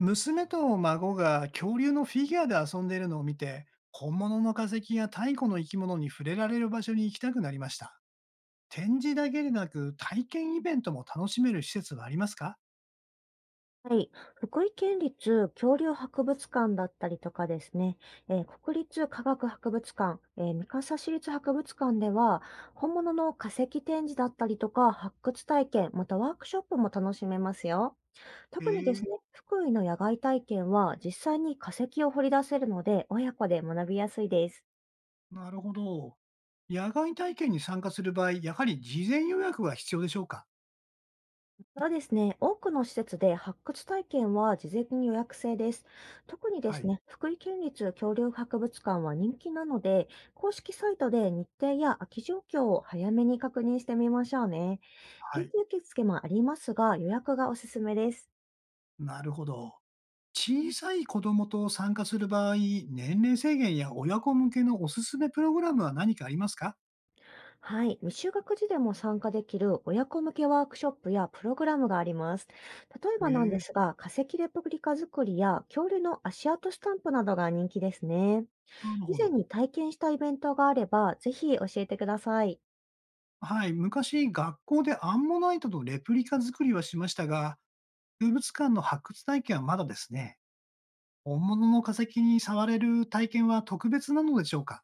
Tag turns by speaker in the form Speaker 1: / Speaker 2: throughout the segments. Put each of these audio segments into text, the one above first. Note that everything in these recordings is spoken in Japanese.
Speaker 1: 娘と孫が恐竜のフィギュアで遊んでいるのを見て、本物の化石や太古の生き物に触れられる場所に行きたくなりました。展示だけでなく、体験イベントも楽しめる施設はありますか？
Speaker 2: はい。福井県立恐竜博物館だったりとかですね、国立科学博物館、三笠市立博物館では、本物の化石展示だったりとか、発掘体験、またワークショップも楽しめますよ。
Speaker 1: え
Speaker 2: 特にです
Speaker 1: え、
Speaker 2: ね、福井の野外体験は実際に化石を掘り出せるので、親子で学びやすいです。
Speaker 1: なるほど。野外体験に参加する場合、やはり事前予約が必要でしょうか？
Speaker 2: そうですね。多くの施設で発掘体験は事前に予約制です。特にで
Speaker 1: は
Speaker 2: す
Speaker 1: い。
Speaker 2: ね、福井県立恐竜博物館は人気なので、公式サイトで日程や空き状況を早めに確認してみましょうね。
Speaker 1: は
Speaker 2: 現
Speaker 1: い。
Speaker 2: 地受付もありますが、予約がおすすめです。
Speaker 1: なるほど。小さい子供と参加する場合、年齢制限や親子向けのおすすめプログラムは何かありますか？
Speaker 2: はい。未就学児でも参加できる親子向けワークショップやプログラムがあります。例えばなんで
Speaker 1: ええ、
Speaker 2: すが、化石レプリカ作りや恐竜の足跡スタンプなどが人気ですね。
Speaker 1: なる
Speaker 2: 以
Speaker 1: ほ
Speaker 2: 前
Speaker 1: ど。
Speaker 2: に体験したイベントがあれば、ぜひ教えてください。
Speaker 1: はい。昔、学校でアンモナイトのレプリカ作りはしましたが、博物館の発掘体験はまだですね。本物の化石に触れる体験は特別なのでしょうか？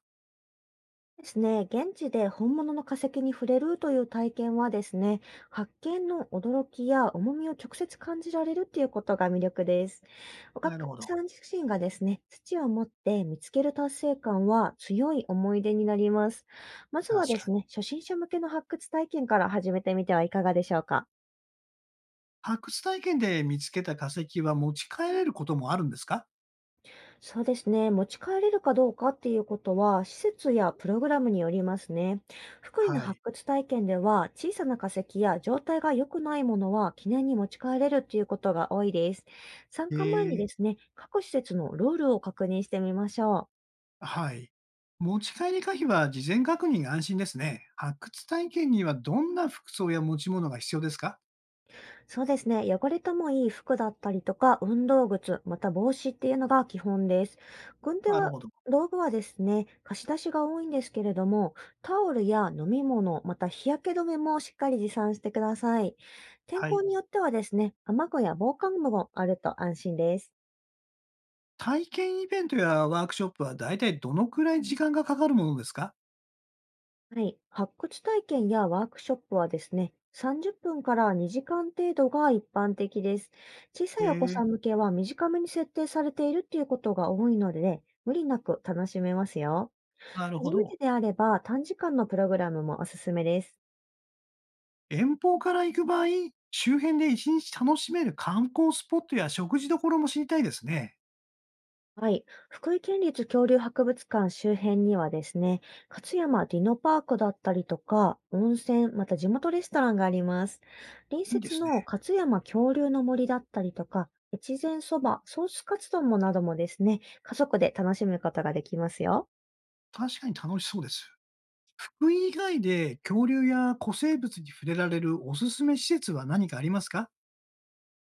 Speaker 2: ですね、現地で本物の化石に触れるという体験はですね、発見の驚きや重みを直接感じられるっていうことが魅力です。お
Speaker 1: なる
Speaker 2: 客
Speaker 1: ほど。
Speaker 2: さん自身がですね、土を持って見つける達成感は強い思い出になります。まず
Speaker 1: 確
Speaker 2: はで
Speaker 1: か
Speaker 2: す
Speaker 1: に。
Speaker 2: ね、初心者向けの発掘体験から始めてみてはいかがでしょうか。
Speaker 1: 発掘体験で見つけた化石は持ち帰れることもあるんですか？
Speaker 2: そうですね。持ち帰れるかどうかっていうことは、施設やプログラムによりますね。福井の
Speaker 1: はい。
Speaker 2: 発掘体験では、小さな化石や状態が良くないものは記念に持ち帰れるっていうことが多いです。参
Speaker 1: え
Speaker 2: 加前に
Speaker 1: ー
Speaker 2: ですね、各施設のルールを確認してみましょう。
Speaker 1: はい。持ち帰り可否は事前確認が安心ですね。発掘体験にはどんな服装や持ち物が必要ですか？
Speaker 2: そうですね。汚れてもいい服だったりとか、運動靴、また帽子っていうのが基本です。軍手
Speaker 1: なる
Speaker 2: は、
Speaker 1: ほど。
Speaker 2: 道具はですね、貸し出しが多いんですけれども、タオルや飲み物、また日焼け止めもしっかり持参してください。天
Speaker 1: は
Speaker 2: 候
Speaker 1: い。
Speaker 2: によってはですね、雨具や防寒具もあると安心です。
Speaker 1: 体験イベントやワークショップは大体どのくらい時間がかかるものですか？
Speaker 2: はい。発掘体験やワークショップはですね、30分から2時間程度が一般的です。小さ
Speaker 1: え
Speaker 2: いお子
Speaker 1: ー、
Speaker 2: さん向けは短めに設定されているっていうことが多いのでね、無理なく楽しめますよ。
Speaker 1: なるほ
Speaker 2: 初め
Speaker 1: ど。
Speaker 2: てであれば短時間のプログラムもおすすめです。
Speaker 1: 遠方から行く場合、周辺で一日楽しめる観光スポットや食事どころも知りたいですね。
Speaker 2: はい。福井県立恐竜博物館周辺にはですね、勝山ディノパークだったりとか、温泉、また地元レストランがあります。隣
Speaker 1: いいで
Speaker 2: 接
Speaker 1: すね。
Speaker 2: の勝山恐竜の森だったりとか、越前そば、ソースカツ丼もなどもですね、家族で楽しむことができますよ。
Speaker 1: 確かに楽しそうです。ふ以外で恐竜や古生物に触れられるおすすめ施設は何かありますか？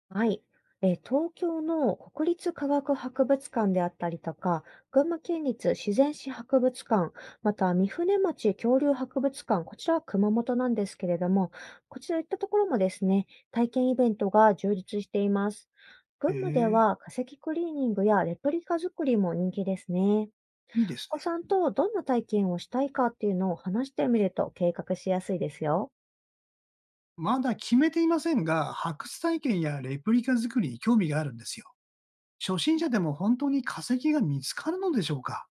Speaker 2: はい。東京の国立科学博物館であったりとか、群馬県立自然史博物館、また三船町恐竜博物館、こちらは熊本なんですけれども、こちらいったところもですね、体験イベントが充実しています。群
Speaker 1: え
Speaker 2: 馬で
Speaker 1: え、
Speaker 2: は化石クリーニングやレプリカ作りも人気ですね。
Speaker 1: いいです
Speaker 2: お子
Speaker 1: ね。
Speaker 2: さんとどんな体験をしたいかっていうのを話してみると計画しやすいですよ。
Speaker 1: まだ決めていませんが、発掘体験やレプリカ作りに興味があるんですよ。初心者でも本当に化石が見つかるのでしょうか？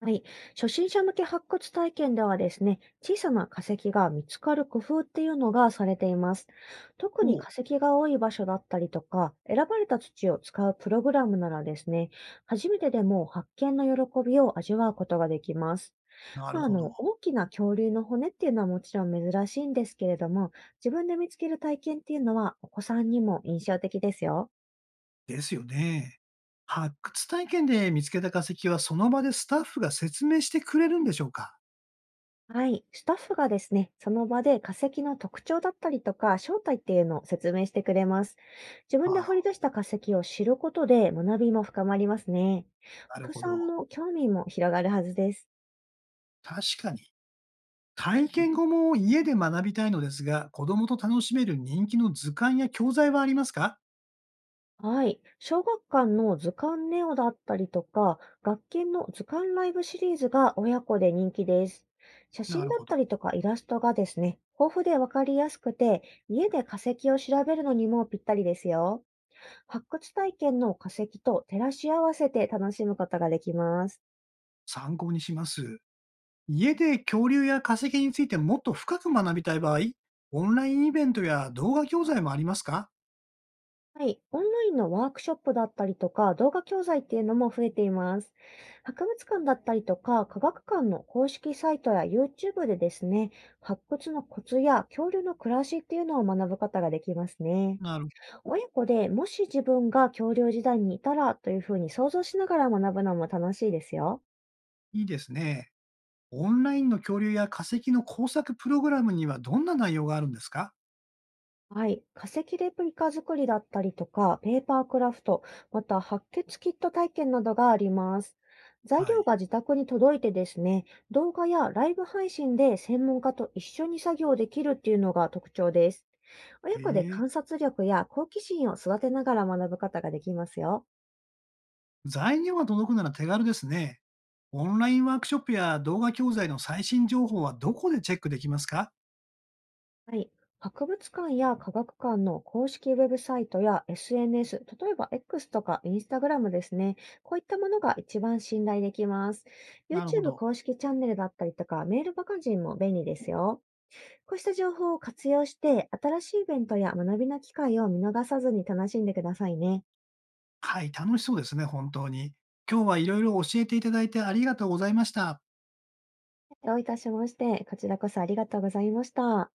Speaker 2: はい。初心者向け発掘体験ではですね、小さな化石が見つかる工夫っていうのがされています。特
Speaker 1: お
Speaker 2: に
Speaker 1: う、
Speaker 2: 化石が多い場所だったりとか、選ばれた土を使うプログラムならですね、初めてでも発見の喜びを味わうことができます。
Speaker 1: なるほど。
Speaker 2: 大きな恐竜の骨っていうのはもちろん珍しいんですけれども、自分で見つける体験っていうのはお子さんにも印象的ですよ。
Speaker 1: ですよね。発掘体験で見つけた化石はその場でスタッフが説明してくれるんでしょうか？
Speaker 2: はい。スタッフがですね、その場で化石の特徴だったりとか、正体っていうのを説明してくれます。自
Speaker 1: あ
Speaker 2: 分で
Speaker 1: あ、
Speaker 2: 掘り出した化石を知ることで学びも深まりますね。
Speaker 1: な
Speaker 2: お
Speaker 1: る
Speaker 2: 客
Speaker 1: ほ
Speaker 2: さん
Speaker 1: ど。
Speaker 2: の興味も広がるはずです。
Speaker 1: 確かに。体験後も家で学びたいのですが、子供と楽しめる人気の図鑑や教材はありますか？
Speaker 2: はい。小学館の図鑑ネオだったりとか、学研の図鑑ライブシリーズが親子で人気です。写
Speaker 1: な
Speaker 2: 真
Speaker 1: る
Speaker 2: だ
Speaker 1: ほ
Speaker 2: っ
Speaker 1: ど。
Speaker 2: たりとかイラストがですね、豊富でわかりやすくて、家で化石を調べるのにもぴったりですよ。発掘体験の化石と照らし合わせて楽しむことができます。
Speaker 1: 参考にします。家で恐竜や化石についてもっと深く学びたい場合、オンラインイベントや動画教材もありますか？
Speaker 2: はい。オンラインのワークショップだったりとか、動画教材っていうのも増えています。博物館だったりとか、科学館の公式サイトや YouTube でですね、発掘のコツや恐竜の暮らしっていうのを学ぶことができますね。
Speaker 1: なる、
Speaker 2: 親子でもし自分が恐竜時代にいたらというふうに想像しながら学ぶのも楽しいですよ。
Speaker 1: いいですね。オンラインの恐竜や化石の工作プログラムにはどんな内容があるんですか？
Speaker 2: はい。化石レプリカ作りだったりとか、ペーパークラフト、また白血キット体験などがあります。材
Speaker 1: は
Speaker 2: 料
Speaker 1: い。
Speaker 2: が自宅に届いてですね、動画やライブ配信で専門家と一緒に作業できるっていうのが特徴です。
Speaker 1: え
Speaker 2: 親子で
Speaker 1: ー、
Speaker 2: 観察力や好奇心を育てながら学ぶことができますよ。
Speaker 1: 材料が届くなら手軽ですね。オンラインワークショップや動画教材の最新情報はどこでチェックできますか？
Speaker 2: はい。博物館や科学館の公式ウェブサイトや SNS、例えば X とか Instagram ですね。こういったものが一番信頼できます。
Speaker 1: なるほ
Speaker 2: YouTube
Speaker 1: ど。
Speaker 2: 公式チャンネルだったりとか、メールマガジンも便利ですよ。こうした情報を活用して、新しいイベントや学びの機会を見逃さずに楽しんでくださいね。
Speaker 1: はい、楽しそうですね、本当に。今日はいろいろ教えていただいてありがとうございました。
Speaker 2: どういたしまして、こちらこそありがとうございました。